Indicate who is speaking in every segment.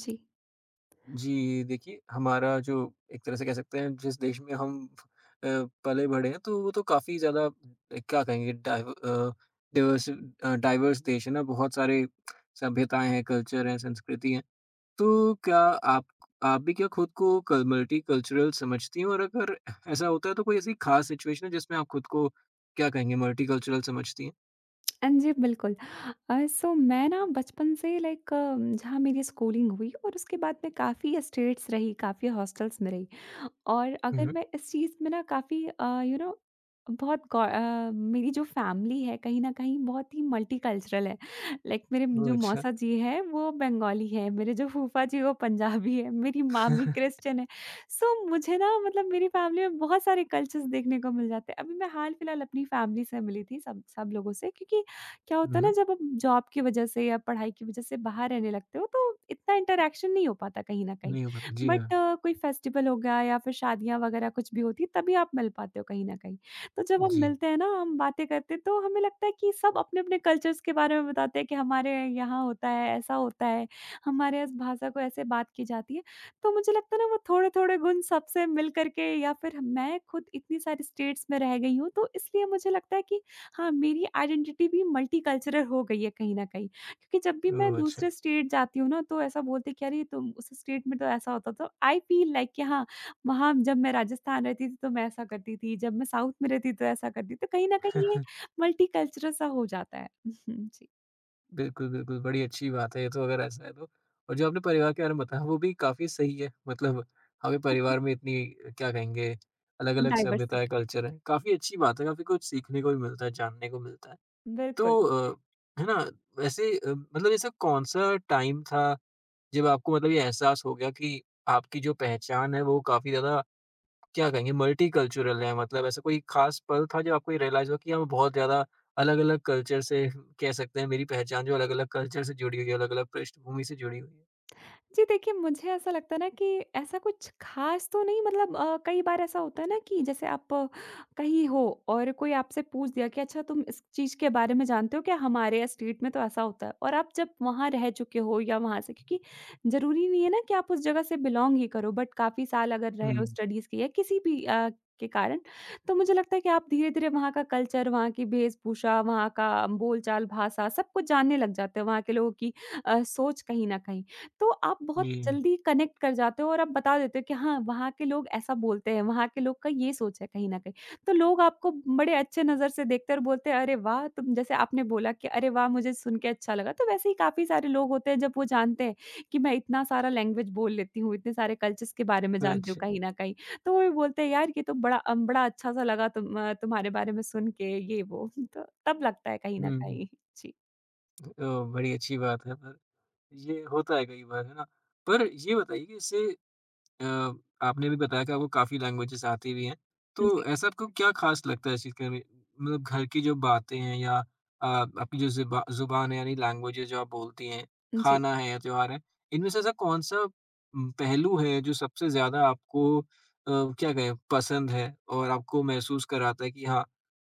Speaker 1: जी।
Speaker 2: जी, देखिए हमारा जो एक तरह से कह सकते हैं जिस देश में हम अ, पले-बढ़े हैं तो वो तो काफ़ी ज़्यादा क्या कहेंगे डाइवर्स देश है ना, बहुत सारे सभ्यताएँ हैं, कल्चर हैं, संस्कृति हैं। तो क्या आप भी क्या खुद को कल मल्टीकल्चरल समझती हैं? और अगर ऐसा होता है तो कोई ऐसी खास सिचुएशन है जिसमें आप खुद को क्या कहेंगे मल्टीकल्चरल समझती हैं?
Speaker 1: जी, बिल्कुल। सो मैं ना बचपन से लाइक जहाँ मेरी स्कूलिंग हुई और उसके बाद मैं काफ़ी स्टेट्स रही, काफ़ी हॉस्टल्स में रही। और
Speaker 2: हुँ,
Speaker 1: अगर
Speaker 2: हुँ।
Speaker 1: मैं इस चीज़ में ना काफ़ी मेरी जो फैमिली है कहीं न कहीं बहुत ही मल्टीकल्चरल है। लाइक मेरे
Speaker 2: ओह!
Speaker 1: जो
Speaker 2: अच्छा।
Speaker 1: मौसा जी हैं वो बंगाली हैं, मेरे जो फूफा जी वो पंजाबी हैं, मेरी मामी क्रिश्चियन है। सो मुझे ना मतलब मेरी फैमिली में बहुत सारे कल्चर्स देखने को मिल जाते हैं। अभी मैं हाल-फिलहाल अपनी फैमिली से मिली थी सब सब लोगों से, क्योंकि क्या होता है
Speaker 2: हुँ,
Speaker 1: ना
Speaker 2: हुँ।
Speaker 1: जब आप जॉब की वज़ह से या पढ़ाई की वज़ह से बाहर रहने लगते हो तो इतना इंटरैक्शन नहीं हो पाता कहीं न कहीं।
Speaker 2: नहीं हो पाता। जी
Speaker 1: बट
Speaker 2: हाँ।
Speaker 1: कोई फेस्टिवल हो गया या फिर शादियाँ वगैरह कुछ भी होती है, तभी आप मिल पाते हो कहीं न कहीं। तो जब हम
Speaker 2: जी।
Speaker 1: मिलते हैं ना, हम बातें करते हैं, तो हमें लगता है कि सब अपने-अपने कल्चर्स के बारे में बताते हैं कि हमारे यहाँ होता है, ऐसा होता है, हमारे इस भाषा को ऐसे बात की जाती है। तो मुझे लगता है ना वो थोड़े-थोड़े गुण सबसे मिल कर के या फिर मैं खुद इतनी सारी स्टेट्स में रह गई हूँ, तो इसलिए मुझे लगता है कि हाँ, मेरी आइडेंटिटी भी मल्टीकल्चरल हो गई है कहीं न कहीं। क्योंकि जब भी मैं
Speaker 2: ओह! अच्छा।
Speaker 1: दूसरे स्टेट जाती हूँ ना, तो ऐसा बोलते हैं कि अरे तुम उस स्टेट में तो ऐसा होता था। आई फ़ील लाइक कि हाँ, वहाँ जब मैं राजस्थान रहती थी, तो मैं ऐसा करती थी, जब मैं साउथ में रहती तो ऐसा करती थी। तो कहीं न कहीं ये मल्टीकल्चरल सा हो जाता है। जी,
Speaker 2: बिल्कुल, बिल्कुल, बड़ी अच्छी बात है ये तो अगर ऐसा है तो। और जो आपने परिवार के बारे में बताया वो भी काफ़ी सही है, मतलब हमें परिवार में इतनी क्या कहेंगे अलग-अलग सभ्यताएँ,
Speaker 1: डाइवर्सिटी
Speaker 2: कल्चर हैं, काफ़ी अच्छी बात है, काफ़ी कुछ सीखने को भी मिलता है, जानने को मिलता है।
Speaker 1: बिल्कुल।
Speaker 2: तो है ना? वैसे मतलब ऐसा कौन-सा टाइम था जब आपको मतलब ये एहसास हो गया कि आपकी जो पहचान है वो काफ़ी ज़्यादा क्या कहेंगे मल्टीकल्चरल है मतलब ऐसा कोई खास पल था जब आपको ये रियलाइज़ हुआ कि हम बहुत ज़्यादा अलग-अलग कल्चर से कह सकते हैं मेरी पहचान जो अलग-अलग कल्चर से जुड़ी हुई है, अलग-अलग पृष्ठभूमि से जुड़ी हुई है?
Speaker 1: जी देखिए, मुझे ऐसा लगता है ना कि ऐसा कुछ ख़ास तो नहीं, मतलब कई बार ऐसा होता है ना कि जैसे आप कहीं हो और कोई आपसे पूछ दिया कि अच्छा तुम इस चीज़ के बारे में जानते हो क्या? हमारे यहाँ स्टेट में तो ऐसा होता है और आप जब वहाँ रह चुके हो या वहाँ से, क्योंकि ज़रूरी नहीं है ना कि आप उस जगह से बिलॉन्ग ही करो, बट काफ़ी साल अगर रहे हो
Speaker 2: हुँ,
Speaker 1: स्टडीज़ की या किसी भी के कारण, तो मुझे लगता है कि आप धीरे-धीरे वहाँ का कल्चर, वहाँ की वेशभूषा, वहाँ का बोलचाल, भाषा सब कुछ जानने लग जाते हो, वहाँ के लोगों की सोच कहीं न कहीं। तो आप बहुत
Speaker 2: जी।
Speaker 1: जल्दी कनेक्ट कर जाते हो और आप बता देते हो कि हाँ, वहाँ के लोग ऐसा बोलते हैं, वहाँ के लोग का ये सोच है कहीं न कहीं। तो लोग आपको बड़े अच्छे नज़र से देखते हैं और बोलते हैं, "अरे वाह!" तुम जैसे आपने बोला कि "अरे वाह! मुझे सुन के अच्छा लगा।" तो वैसे ही काफ़ी सारे लोग होते हैं जब वो जानते हैं कि मैं इतना सारा लैंग्वेज बोल लेती हूँ, इतने सारे कल्चर्स के बारे में जानती हूँ
Speaker 2: अच्छा।
Speaker 1: कहीं न कहीं। तो वो भी बोलते हैं, "यार, ये तो बड़ा अच्छा-सा लगा तुम्हारे बारे में सुन के" ये वो। तो तब लगता है कहीं न
Speaker 2: हुँ,
Speaker 1: कहीं। जी।
Speaker 2: तो बड़ी अच्छी बात है पर ये होता है कई बार, है ना? पर ये बताइए कि इससे अ, आपने भी बताया कि आपको काफ़ी लैंग्वेजेस आती भी हैं। तो
Speaker 1: जी।
Speaker 2: ऐसा आपको क्या ख़ास लगता है इस चीज़ के में? मतलब घर की जो बातें हैं या आपकी जो ज़ुबान है यानी लैंग्वेजेस जो आप बोलती हैं,
Speaker 1: जी।
Speaker 2: खाना है या त्योहार है, इनमें से ऐसा कौन-सा पहलू है जो सबसे ज़्यादा आपको क्या कहें पसंद है और आपको महसूस कराता है कि हाँ,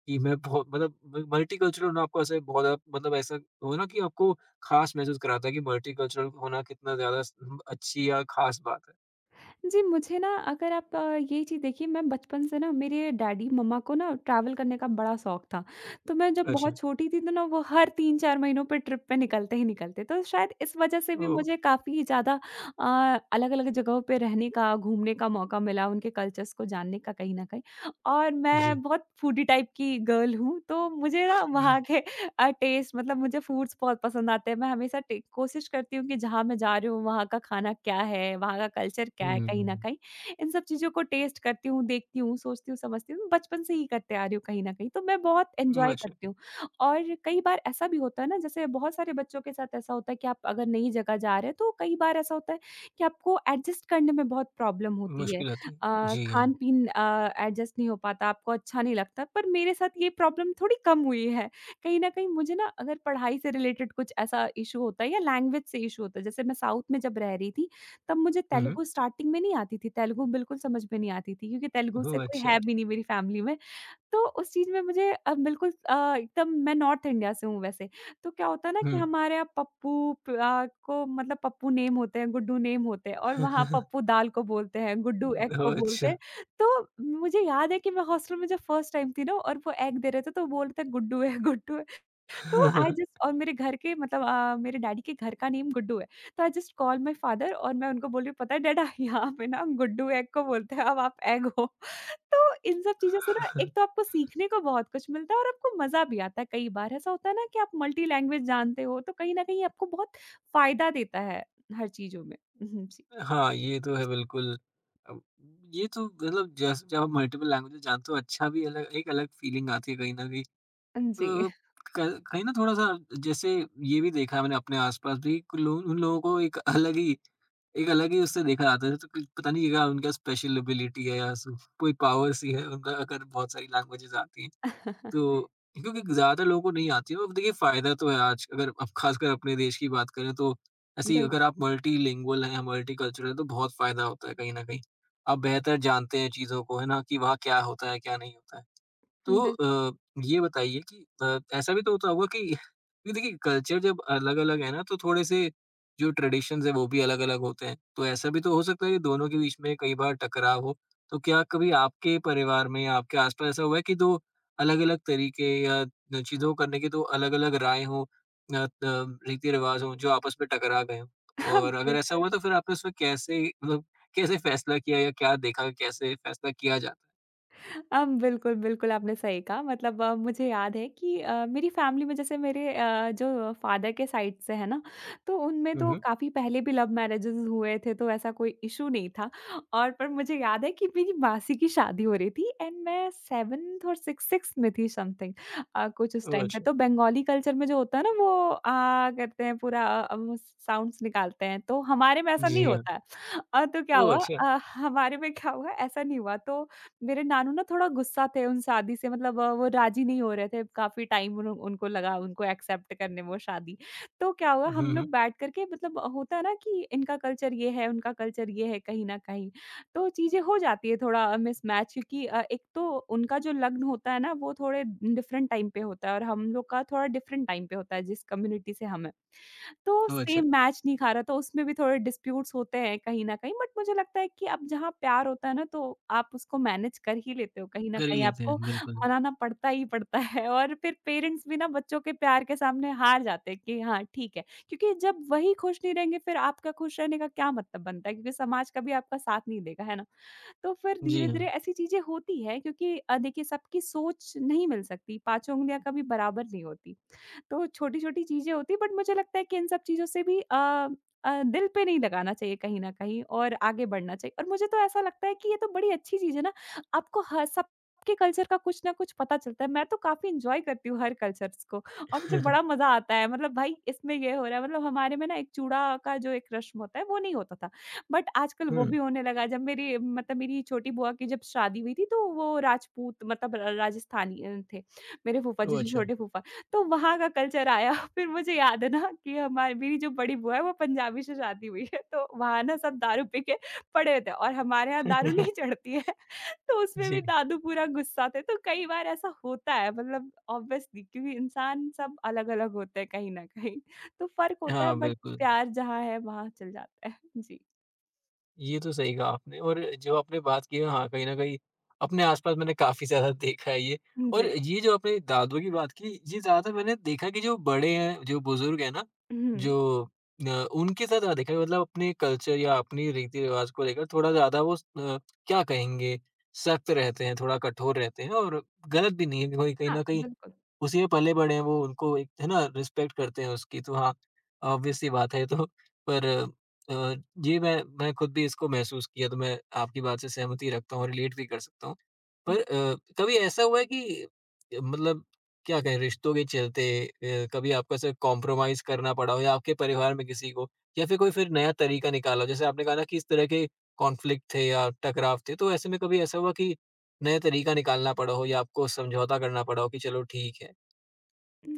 Speaker 2: कि मैं बहुत मतलब म मल्टीकल्चरल होना आपको ऐसे बहुत ज़्यादा मतलब ऐसा हो ना कि आपको ख़ास महसूस कराता है कि मल्टीकल्चरल होना कितना ज़्यादा स अच्छी या ख़ास बात है?
Speaker 1: जी, मुझे ना अगर आप ये चीज़ देखिए, मैं बचपन से ना, मेरे डैडी मम्मा को ना ट्रैवल करने का बड़ा शौक था। तो मैं जब बहुत
Speaker 2: अच्छा।
Speaker 1: छोटी थी तो ना वो हर 3-4 महीनों पे ट्रिप पे निकलते ही निकलते। तो शायद इस वज़ह से भी
Speaker 2: ओह!
Speaker 1: मुझे काफ़ी ज़्यादा अलग-अलग जगहों पे रहने का, घूमने का मौका मिला, उनके कल्चर्स को जानने का कहीं न कहीं। और मैं
Speaker 2: जी।
Speaker 1: बहुत फूडी टाइप की गर्ल हूँ, तो मुझे ना वहाँ के टेस्ट, मतलब मुझे फूड्स बहुत पसंद आते हैं। मैं हमेशा टे कोशिश करती हूँ कि जहाँ मैं जा रही हूँ, वहाँ का खाना क्या है, वहाँ का कल्चर क्या
Speaker 2: हुँ,
Speaker 1: है
Speaker 2: हुँ,
Speaker 1: कहीं न
Speaker 2: हुँ।
Speaker 1: कहीं। इन सब चीज़ों को टेस्ट करती हूँ, देखती हूँ, सोचती हूँ, समझती हूँ। बचपन से ही करते आ रही हूँ कहीं न कहीं, तो मैं बहुत
Speaker 2: ओह,
Speaker 1: एन्जॉय
Speaker 2: अच्छा,
Speaker 1: करती हूँ। और कई बार ऐसा भी होता है ना, जैसे बहुत सारे बच्चों के साथ ऐसा होता है कि आप अगर नई जगह जा रहे हैं, तो कई बार ऐसा होता है कि आपको एडजस्ट करने में बहुत प्रॉब्लम होती है।
Speaker 2: मुश्किल होती है। जी हाँ।
Speaker 1: खान-पीन एडजस्ट नहीं हो पाता, आपको अच्छा नहीं लगता। पर मेरे साथ ये प्रॉब्लम थोड़ी कम हुई है। कहीं न कहीं मुझे ना, अगर पढ़ाई से रिलेटेड कुछ ऐसा इश्यू होता है या लैंग्वेज से इश्यू होता है, जैसे मैं साउथ में जब रह रही थी, तब मुझे
Speaker 2: हुँ, हुँ।
Speaker 1: तेलुगु स्टार्टिंग में नहीं आती थी, तेलुगु बिल्कुल समझ में नहीं आती थी क्योंकि तेलुगु से
Speaker 2: ओह,
Speaker 1: कोई
Speaker 2: अच्छा।
Speaker 1: है भी नहीं मेरी फैमिली में। तो उस चीज़ में मुझे बिल्कुल एकदम, मैं नॉर्थ इंडिया से हूँ वैसे, तो क्या होता है ना कि
Speaker 2: हुँ।
Speaker 1: हमारे यहाँ को मतलब पप्पू नेम होते हैं, गुड्डू नेम होते हैं और वहाँ पप्पू दाल को बोलते हैं, गुड्डू एग को
Speaker 2: ओह,
Speaker 1: बोलते
Speaker 2: अच्छा।
Speaker 1: हैं। तो मुझे याद है कि मैं हॉस्टल में जब फर्स्ट टाइम थी ना और वो एग दे रहे थे, तो बोल रहे थे गुड्डू है, गुड्डू है। तो आई जस्ट, और मेरे घर के मतलब मेरे डैडी के घर का नेम गुड्डू है। तो I just called my father और मैं उनको बोल रही हूँ, "पता है डैडा यहाँ पे ना गुड्डू एग को बोलते हैं, अब आप एग हो।" तो इन सब चीज़ों से ना एक तो आपको सीखने को बहुत कुछ मिलता है और आपको मज़ा भी आता है कई बार। ऐसा होता है ना कि आप मल्टी लैंग्वेज जानते हो, तो कहीं न कहीं आपको बहुत फ़ायदा देता है हर चीज़ों में। हुँ, जी।
Speaker 2: हाँ, ये तो है बिल्कुल। अब ये तो मतलब जैसे जब आप मल्टीपल लैंग्वेजेज़ जानते हो अच्छा भी अलग एक अलग फीलिंग आती है कहीं न कहीं।
Speaker 1: जी।
Speaker 2: अ, क कहीं न थोड़ा-सा जैसे ये भी देखा है मैंने अपने आस-पास भी कुल लोग उन लोगों को एक अलग ही उससे देखा जाता है, तो कुछ पता नहीं क्या उनका स्पेशल एबिलिटी है या सु कोई पावर सी है, उनका अगर बहुत सारी लैंग्वेजेज़ आती हैं। तो क्योंकि ज़्यादा लोगों को नहीं आती है और देखिए फ़ायदा तो है आज अगर अब ख़ासकर अपने देश की बात करें तो ऐसी
Speaker 1: बिल्क
Speaker 2: अगर आप मल्टीलिंगुअल हैं, मल्टीकल्चरल हैं तो बहुत फ़ायदा होता है कहीं न कहीं। आप बेहतर जानते हैं चीज़ों को, है ना? कि वहाँ क्या होता है, क्या नहीं होता है। तो
Speaker 1: बिल्क
Speaker 2: अ, ये बताइए कि ऐसा भी तो होता होगा कि क्योंकि देखिए कल्चर जब अलग-अलग है ना तो थोड़े से जो ट्रेडिशंस हैं वो भी अलग-अलग होते हैं। तो ऐसा भी तो हो सकता है कि दोनों के बीच में कई बार टकराव हो। तो क्या कभी आपके परिवार में या आपके आस-पास ऐसा हुआ है कि 2 अलग-अलग तरीके या न चीज़ों को करने की तो अलग-अलग राय हो त रीति-रिवाज़ हो जो आपस में टकरा गए हों? और अगर ऐसा
Speaker 1: बिल्कुल।
Speaker 2: हुआ तो फिर आपने उसमें कैसे मतलब कैसे फैसला किया या क्या देखा कैसे फैसला किया जाता है?
Speaker 1: बिल्कुल, बिल्कुल आपने सही कहा, मतलब मुझे याद है कि मेरी फ़ैमिली में, जैसे जो फ़ादर के साइड से है ना, तो उनमें
Speaker 2: हुँ,
Speaker 1: तो
Speaker 2: हुँ।
Speaker 1: काफ़ी पहले भी लव मैरेजेस हुए थे, तो ऐसा कोई इश्यू नहीं था। और पर मुझे याद है कि मेरी मासी की शादी हो रही थी, एंड मैं 7th और 6 6th में थी, समथिंग कुछ उस
Speaker 2: ओह
Speaker 1: टाइम पे।
Speaker 2: अच्छा! है?
Speaker 1: तो बंगाली कल्चर में जो होता है ना वो आ करते हैं पूरा वो साउंड्स निकालते हैं, तो हमारे में ऐसा नहीं
Speaker 2: जी हाँ।
Speaker 1: होता है। तो क्या
Speaker 2: ओह
Speaker 1: हुआ,
Speaker 2: अच्छा!
Speaker 1: हमारे में क्या हुआ, ऐसा नहीं हुआ, तो मेरे नानू ना थोड़ा गुस्सा थे उन शादी से, मतलब वो राज़ी नहीं हो रहे थे काफ़ी टाइम, उन उनको लगा उनको एक्सेप्ट करने में वो शादी। तो क्या हुआ हम
Speaker 2: हुँ, हुँ।
Speaker 1: लोग बैठ कर के, मतलब होता है ना कि इनका कल्चर ये है, उनका कल्चर ये है कहीं न कहीं। तो चीज़ें हो जाती है थोड़ा मिसमैच क्योंकि एक तो उनका जो लग्न होता है ना वो थोड़े डिफरेंट टाइम पे होता है और हम लोग का थोड़ा डिफरेंट टाइम पे होता है, जिस कम्युनिटी से हम हैं। तो
Speaker 2: ओह अच्छा!
Speaker 1: सेम मैच नहीं खा रहा, तो उसमें भी थोड़े डिस्प्यूट्स होते हैं कहीं न कहीं, बट मुझे लगता है कि अब जहाँ प्यार होता है ना, तो आप उसको मैनेज कर ही लेते हो कहीं न
Speaker 2: कर ही
Speaker 1: कहीं,
Speaker 2: लेते
Speaker 1: आपको
Speaker 2: हैं, बिल्कुल।
Speaker 1: मनाना पड़ता ही पड़ता है और फिर पेरेंट्स भी ना बच्चों के प्यार के सामने हार जाते हैं कि हाँ, ठीक है। क्योंकि जब वही खुश नहीं रहेंगे फिर आपका खुश रहने का क्या मतलब बनता है, क्योंकि समाज कभी आपका साथ नहीं देगा, है ना? तो फिर
Speaker 2: जी
Speaker 1: धीरे-धीरे
Speaker 2: हाँ।
Speaker 1: ऐसी चीज़ें होती हैं, क्योंकि देखिए सबकी सोच नहीं मिल सकती, पाँचों उंगलियाँ कभी बराबर नहीं होती। तो छोटी-छोटी चीज़ें होती हैं, बट मुझे लगता है कि इन सब चीज़ों से भी दिल पे नहीं लगाना चाहिए कहीं न कहीं और आगे बढ़ना चाहिए। और मुझे तो ऐसा लगता है कि ये तो बड़ी अच्छी चीज़ है ना, आपको ह सबके कल्चर का कुछ ना कुछ पता चलता है। मैं तो काफ़ी एन्जॉय करती हूँ हर कल्चर्स को और मुझे बड़ा मज़ा आता है। मतलब भाई इसमें ये हो रहा है, मतलब हमारे में ना एक चूड़ा का जो एक रस्म होता है वो नहीं होता था। बट आजकल वो भी
Speaker 2: हुँ।
Speaker 1: होने लगा है। जब मेरी, मतलब मेरी छोटी बुआ की जब शादी हुई थी तो वो राजपूत, मतलब र राजस्थानी थे। मेरे फूफा जी
Speaker 2: ओह
Speaker 1: जो
Speaker 2: अच्छा!
Speaker 1: छोटे फूफा, तो वहाँ का कल्चर आया। फिर मुझे याद है ना कि हमारी मेरी जो बड़ी बुआ है वो पंजाबी से शादी हुई है, तो वहाँ ना सब दारू पी के पड़े होते हैं और हमारे यहाँ दारू नहीं चढ़ती है। तो उसमें
Speaker 2: जी।
Speaker 1: भी दादू पूरा गुस्सा थे, तो कई बार ऐसा होता है, मतलब ऑब्वियसली क्योंकि इंसान सब अलग-अलग होते हैं कहीं न कहीं, तो फ़र्क होता है,
Speaker 2: हाँ,
Speaker 1: बट
Speaker 2: बिल्कुल।
Speaker 1: प्यार जहाँ है वहाँ चल जाता है। जी,
Speaker 2: ये तो सही कहा आपने और जो आपने बात की है हाँ, कहीं न कहीं अपने आस-पास मैंने काफ़ी ज़्यादा देखा है ये। और
Speaker 1: जी।
Speaker 2: ये जो आपने दादू की बात की, ये ज़्यादातर मैंने देखा कि जो बड़े हैं, जो बुज़ुर्ग हैं ना,
Speaker 1: हुँ,
Speaker 2: जो उनके साथ ज़्यादा देखा है मतलब अपने कल्चर या अपनी रीति-रिवाज को लेकर थोड़ा ज़्यादा वो क्या कहेंगे, सख्त रहते हैं, थोड़ा कठोर रहते हैं और गलत भी नहीं है कि कोई कहीं
Speaker 1: हाँ,
Speaker 2: न कहीं
Speaker 1: बिल्कुल।
Speaker 2: उसी में पले-बड़े हैं वो, उनको एक है ना रिस्पेक्ट करते हैं उसकी, तो हाँ, ऑब्वियस सी बात है ये तो। पर अ, ये मैं खुद भी इसको महसूस किया, तो मैं आपकी बात से सहमति रखता हूँ और रिलेट भी कर सकता हूँ। पर कभी ऐसा हुआ है कि मतलब क्या कहें, रिश्तों के चलते कभी आपको ऐसा कॉम्प्रोमाइज़ करना पड़ा हो या आपके परिवार में किसी को या फिर कोई फिर नया तरीका निकाला हो? जैसे आपने कहा ना कि इस तरह के कॉन्फ्लिक्ट थे या टकराव थे, तो ऐसे में कभी ऐसा हुआ कि नया तरीका निकालना पड़ा हो या आपको समझौता करना पड़ा हो कि चलो ठीक है?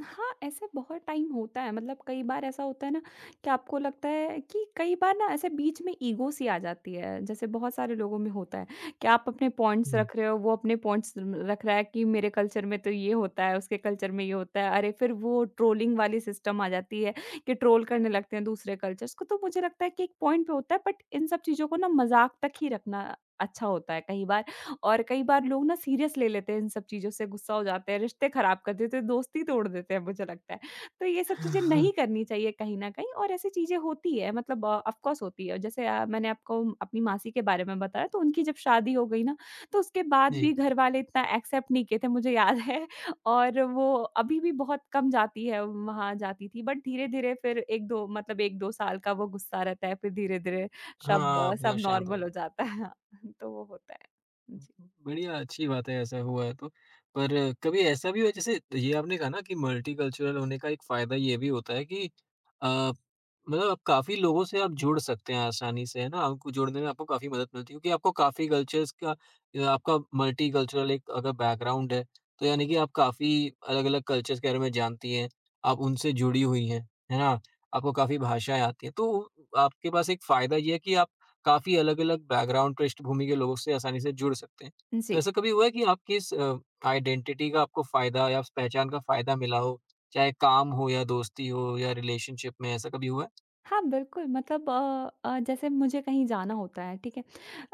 Speaker 1: हाँ, ऐसे बहुत टाइम होता है, मतलब कई बार ऐसा होता है ना कि आपको लगता है कि कई बार ना ऐसे बीच में ईगो सी आ जाती है, जैसे बहुत सारे लोगों में होता है कि आप अपने पॉइंट्स
Speaker 2: हुँ।
Speaker 1: रख रहे हो, वो अपने पॉइंट्स म रख रहा है कि मेरे कल्चर में तो ये होता है, उसके कल्चर में ये होता है। अरे, फिर वो ट्रोलिंग वाली सिस्टम आ जाती है कि ट्रोल करने लगते हैं दूसरे कल्चर्स को, तो मुझे लगता है कि एक पॉइंट पे होता है बट इन सब चीज़ों को ना मज़ाक तक ही रखना अच्छा होता है कई बार। और कई बार लोग ना सीरियस ले लेते हैं इन सब चीज़ों से, गुस्सा हो जाते हैं, रिश्ते खराब कर देते हैं, दोस्ती तोड़ देते हैं मुझे लगता है। तो ये सब चीज़ें नहीं करनी चाहिए कहीं न कहीं और ऐसी चीज़ें होती है मतलब ऑफ कोर्स होती है। जैसे मैंने आपको अपनी मासी के बारे में बताया तो उनकी जब शादी हो गई ना, तो उसके बाद भी
Speaker 2: जी।
Speaker 1: घर वाले इतना एक्सेप्ट नहीं किए थे मुझे याद है। और वो अभी भी बहुत कम जाती है, वहाँ जाती थी बट धीरे-धीरे फिर 1-2 मतलब 1-2 साल का वो गुस्सा रहता है, फिर धीरे-धीरे सब
Speaker 2: हाँ, अपने
Speaker 1: सब
Speaker 2: आप शांत हो
Speaker 1: नॉर्मल हो
Speaker 2: जाओ।
Speaker 1: जाता है। तो वो होता है। जी।
Speaker 2: बढ़िया, अच्छी बात है ऐसा हुआ है तो। पर कभी ऐसा भी हुआ जैसे ये आपने कहा ना कि मल्टीकल्चरल होने का एक फ़ायदा ये भी होता है कि अ, मतलब आप काफ़ी लोगों से आप जुड़ सकते हैं आसानी से, है ना? आपको जुड़ने में आपको काफ़ी मदद मिलती है क्योंकि आपको काफ़ी कल्चर्स का आपका मल्टीकल्चरल एक अगर बैकग्राउंड है, तो यानी कि आप काफ़ी अलग-अलग कल्चर्स के बारे में जानती हैं, आप उनसे जुड़ी हुई हैं, है ना? आपको काफ़ी भाषाएँ आती हैं, तो आपके पास एक फ़ायदा ये है कि आप काफ़ी अलग-अलग बैकग्राउंड, पृष्ठभूमि के लोगों से आसानी से जुड़ सकते हैं। तो
Speaker 1: जी।
Speaker 2: ऐसा कभी हुआ है कि आपकी इस आइडेंटिटी का आपको फ़ायदा या उस पहचान का फ़ायदा मिला हो? चाहे काम हो या दोस्ती हो या रिलेशनशिप में, ऐसा कभी हुआ है?
Speaker 1: हाँ, बिल्कुल मतलब जैसे मुझे कहीं जाना होता है, ठीक है?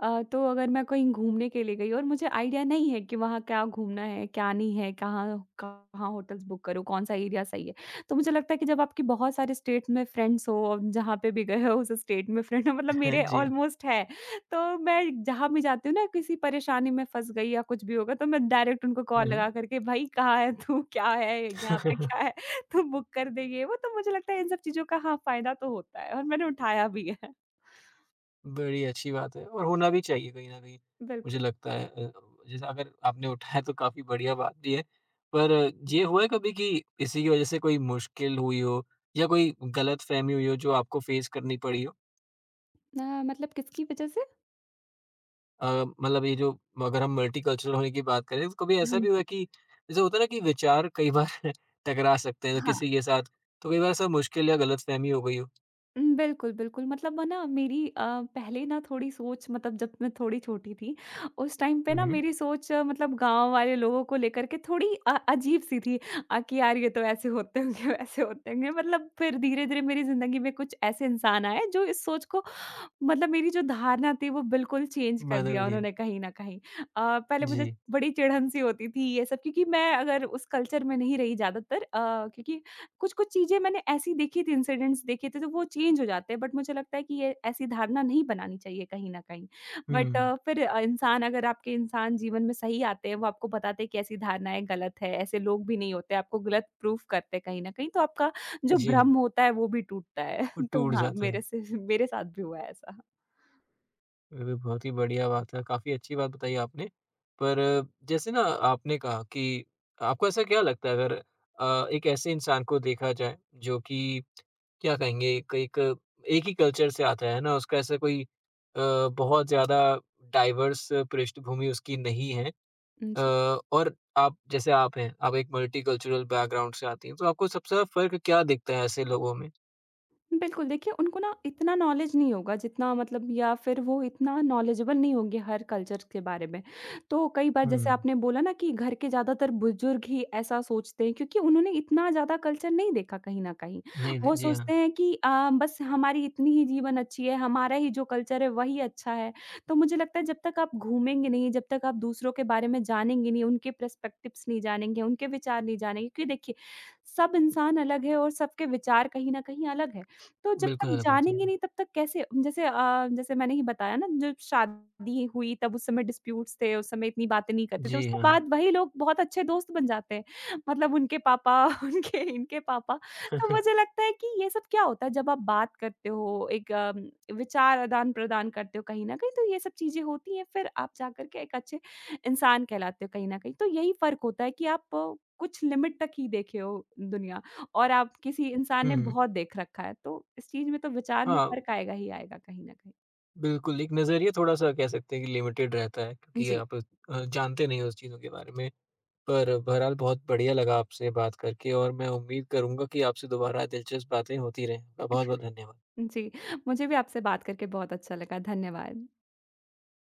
Speaker 1: तो अगर मैं कहीं घूमने के लिए गई और मुझे आइडिया नहीं है कि वहाँ क्या घूमना है, क्या नहीं है, कहाँ कहाँ होटल्स बुक करूँ, कौन-सा एरिया सही है। तो मुझे लगता है कि जब आपकी बहुत सारे स्टेट में फ्रेंड्स हो और जहाँ पे भी गए हो उस स्टेट में फ्रेंड हो मतलब मेरे
Speaker 2: जी।
Speaker 1: ऑलमोस्ट है। तो मैं जहाँ भी जाती हूँ ना किसी परेशानी में फँस गई या कुछ भी होगा तो मैं डायरेक्ट उनको कॉल
Speaker 2: हुँ, हुँ।
Speaker 1: लगा करके, "भई कहाँ है तू? क्या है? यहाँ पे क्या है?" तो बुक कर दें ये वो, तो मुझे लगता है इन सब चीज़ों का हाँ, फ़ायदा तो होता है और मैंने उठाया भी है।
Speaker 2: बड़ी अच्छी बात है और होना भी चाहिए कहीं न कहीं, मुझे
Speaker 1: बिल्कुल।
Speaker 2: लगता है। जैसे अगर आपने उठाया तो काफ़ी बढ़िया बात भी है। पर ये हुआ है कभी कि इसी की वजह से कोई मुश्किल हुई हो या कोई गलतफ़हमी हुई हो जो आपको फेस करनी पड़ी हो?
Speaker 1: मतलब किसकी वजह से?
Speaker 2: अ, मतलब ये जो अगर हम मल्टीकल्चरल होने की बात करें तो कभी ऐसा
Speaker 1: हाँ
Speaker 2: भी
Speaker 1: जी।
Speaker 2: हुआ कि जैसे होता है ना कि विचार कई बार टकरा सकते हैं तो
Speaker 1: हाँ।
Speaker 2: किसी के साथ तो कई बार ऐसा मुश्किल या गलतफहमी हो गई हो
Speaker 1: बिल्कुल, बिल्कुल मतलब ना मेरी पहले ना थोड़ी सोच मतलब जब मैं थोड़ी छोटी थी, उस टाइम पे ना
Speaker 2: हुँ।
Speaker 1: मेरी सोच मतलब गाँव वाले लोगों को लेकर के थोड़ी अजीब-सी थी। कि यार ये तो ऐसे होते होंगे, वैसे होते होंगे मतलब फिर धीरे-धीरे मेरी ज़िंदगी में कुछ ऐसे इंसान आए जो इस सोच को मतलब मेरी जो धारणा थी वो बिल्कुल चेंज कर
Speaker 2: बदल
Speaker 1: दिया
Speaker 2: दिया।
Speaker 1: उन्होंने कहीं न कहीं। अ, पहले मुझे
Speaker 2: जी।
Speaker 1: बड़ी चिढ़न-सी होती थी ये सब क्योंकि मैं अगर उस कल्चर में नहीं रही ज़्यादातर क्योंकि कुछ-कुछ चीज़ें मैंने ऐसी देखी थी, इंसिडेंट्स देखे थे, तो वो चेंज हो जाते हैं बट मुझे लगता है कि ये ऐसी धारणा नहीं बनानी चाहिए कहीं न कहीं। बट
Speaker 2: हुँ।
Speaker 1: इंसान अगर आपके इंसान जीवन में सही आते हैं, वो आपको बताते हैं कि ऐसी धारणाएँ गलत है, ऐसे लोग भी नहीं होते, आपको गलत प्रूफ करते हैं कहीं न कहीं, तो आपका जो
Speaker 2: जी हाँ,
Speaker 1: भ्रम होता है वो भी टूटता है।
Speaker 2: वो
Speaker 1: तो
Speaker 2: टूट
Speaker 1: हाँ,
Speaker 2: जाता है।
Speaker 1: मेरे साथ भी हुआ है ऐसा।
Speaker 2: ये भी बहुत ही बढ़िया बात है, काफ़ी अच्छी बात बताई आपने। पर जैसे ना आपने कहा कि आपको ऐसा क्या लगता है अगर एक ऐसे इंसान को देखा जाए जो कि क्या कहेंगे एक एक एक ही कल्चर से आता है ना? उसका ऐसा कोई बहुत ज़्यादा डाइवर्स पृष्ठभूमि उसकी नहीं है अ,
Speaker 1: जी।
Speaker 2: और आप जैसे आप हैं, आप एक मल्टीकल्चरल बैकग्राउंड से आती हैं, तो आपको सबसे ज़्यादा फ़र्क क्या दिखता है ऐसे लोगों में?
Speaker 1: बिल्कुल, देखिए उनको ना इतना नॉलेज नहीं होगा जितना मतलब या फिर वो इतना नॉलेजेबल नहीं होंगे हर कल्चर के बारे में। तो कई बार जैसे
Speaker 2: हुँ।
Speaker 1: आपने बोला ना कि घर के ज़्यादातर बुज़ुर्ग ही ऐसा सोचते हैं क्योंकि उन्होंने इतना ज़्यादा कल्चर नहीं देखा कहीं न कहीं।
Speaker 2: नहीं,
Speaker 1: वो
Speaker 2: जी हाँ,
Speaker 1: सोचते हैं कि बस हमारी इतनी ही जीवन अच्छी है, हमारा ही जो कल्चर है वही अच्छा है। तो मुझे लगता है जब तक आप घूमेंगे नहीं, जब तक आप दूसरों के बारे में जानेंगे नहीं, उनके पर्सपेक्टिव्स नहीं जानेंगे, उनके विचार नहीं जानेंगे क्योंकि देखिए सब इंसान अलग है और सबके विचार कहीं न कहीं अलग है। तो जब तक
Speaker 2: बिल्कुल अलग होती
Speaker 1: जानेंगे
Speaker 2: है।
Speaker 1: नहीं तब तक कैसे जैसे मैंने ही बताया ना जब शादी हुई तब उस समय डिस्प्यूट्स थे, उस समय इतनी बातें नहीं करते थे।
Speaker 2: जी
Speaker 1: उसके
Speaker 2: हाँ।
Speaker 1: बाद वही लोग बहुत अच्छे दोस्त बन जाते हैं। मतलब उनके पापा, उनके इनके पापा। तो मुझे लगता है कि ये सब क्या होता है जब आप बात करते हो, विचार आदान-प्रदान करते हो कहीं न कहीं तो ये सब चीज़ें होती हैं, फिर आप जा कर के एक अच्छे इंसान कहलाते हो कहीं न कहीं। तो यही फ़र्क होता है कि आप कुछ लिमिट तक ही देखे हो दुनिया। और आप किसी इंसान ने
Speaker 2: हुँ।
Speaker 1: बहुत देख रखा है, तो इस चीज़ में तो विचार में
Speaker 2: हाँ,
Speaker 1: फ़र्क आएगा ही आएगा कहीं न कहीं।
Speaker 2: बिल्कुल, एक नज़रिया थोड़ा-सा कह सकते हैं कि लिमिटेड रहता है क्योंकि
Speaker 1: जी,
Speaker 2: आप जानते नहीं उस चीज़ों के बारे में। पर बहरहाल बहुत बढ़िया लगा आपसे बात करके और मैं उम्मीद करूँगा कि आपसे दोबारा दिलचस्प बातें होती रहें। आपका बहुत-बहुत धन्यवाद।
Speaker 1: जी, मुझे भी आपसे बात करके बहुत अच्छा लगा। धन्यवाद।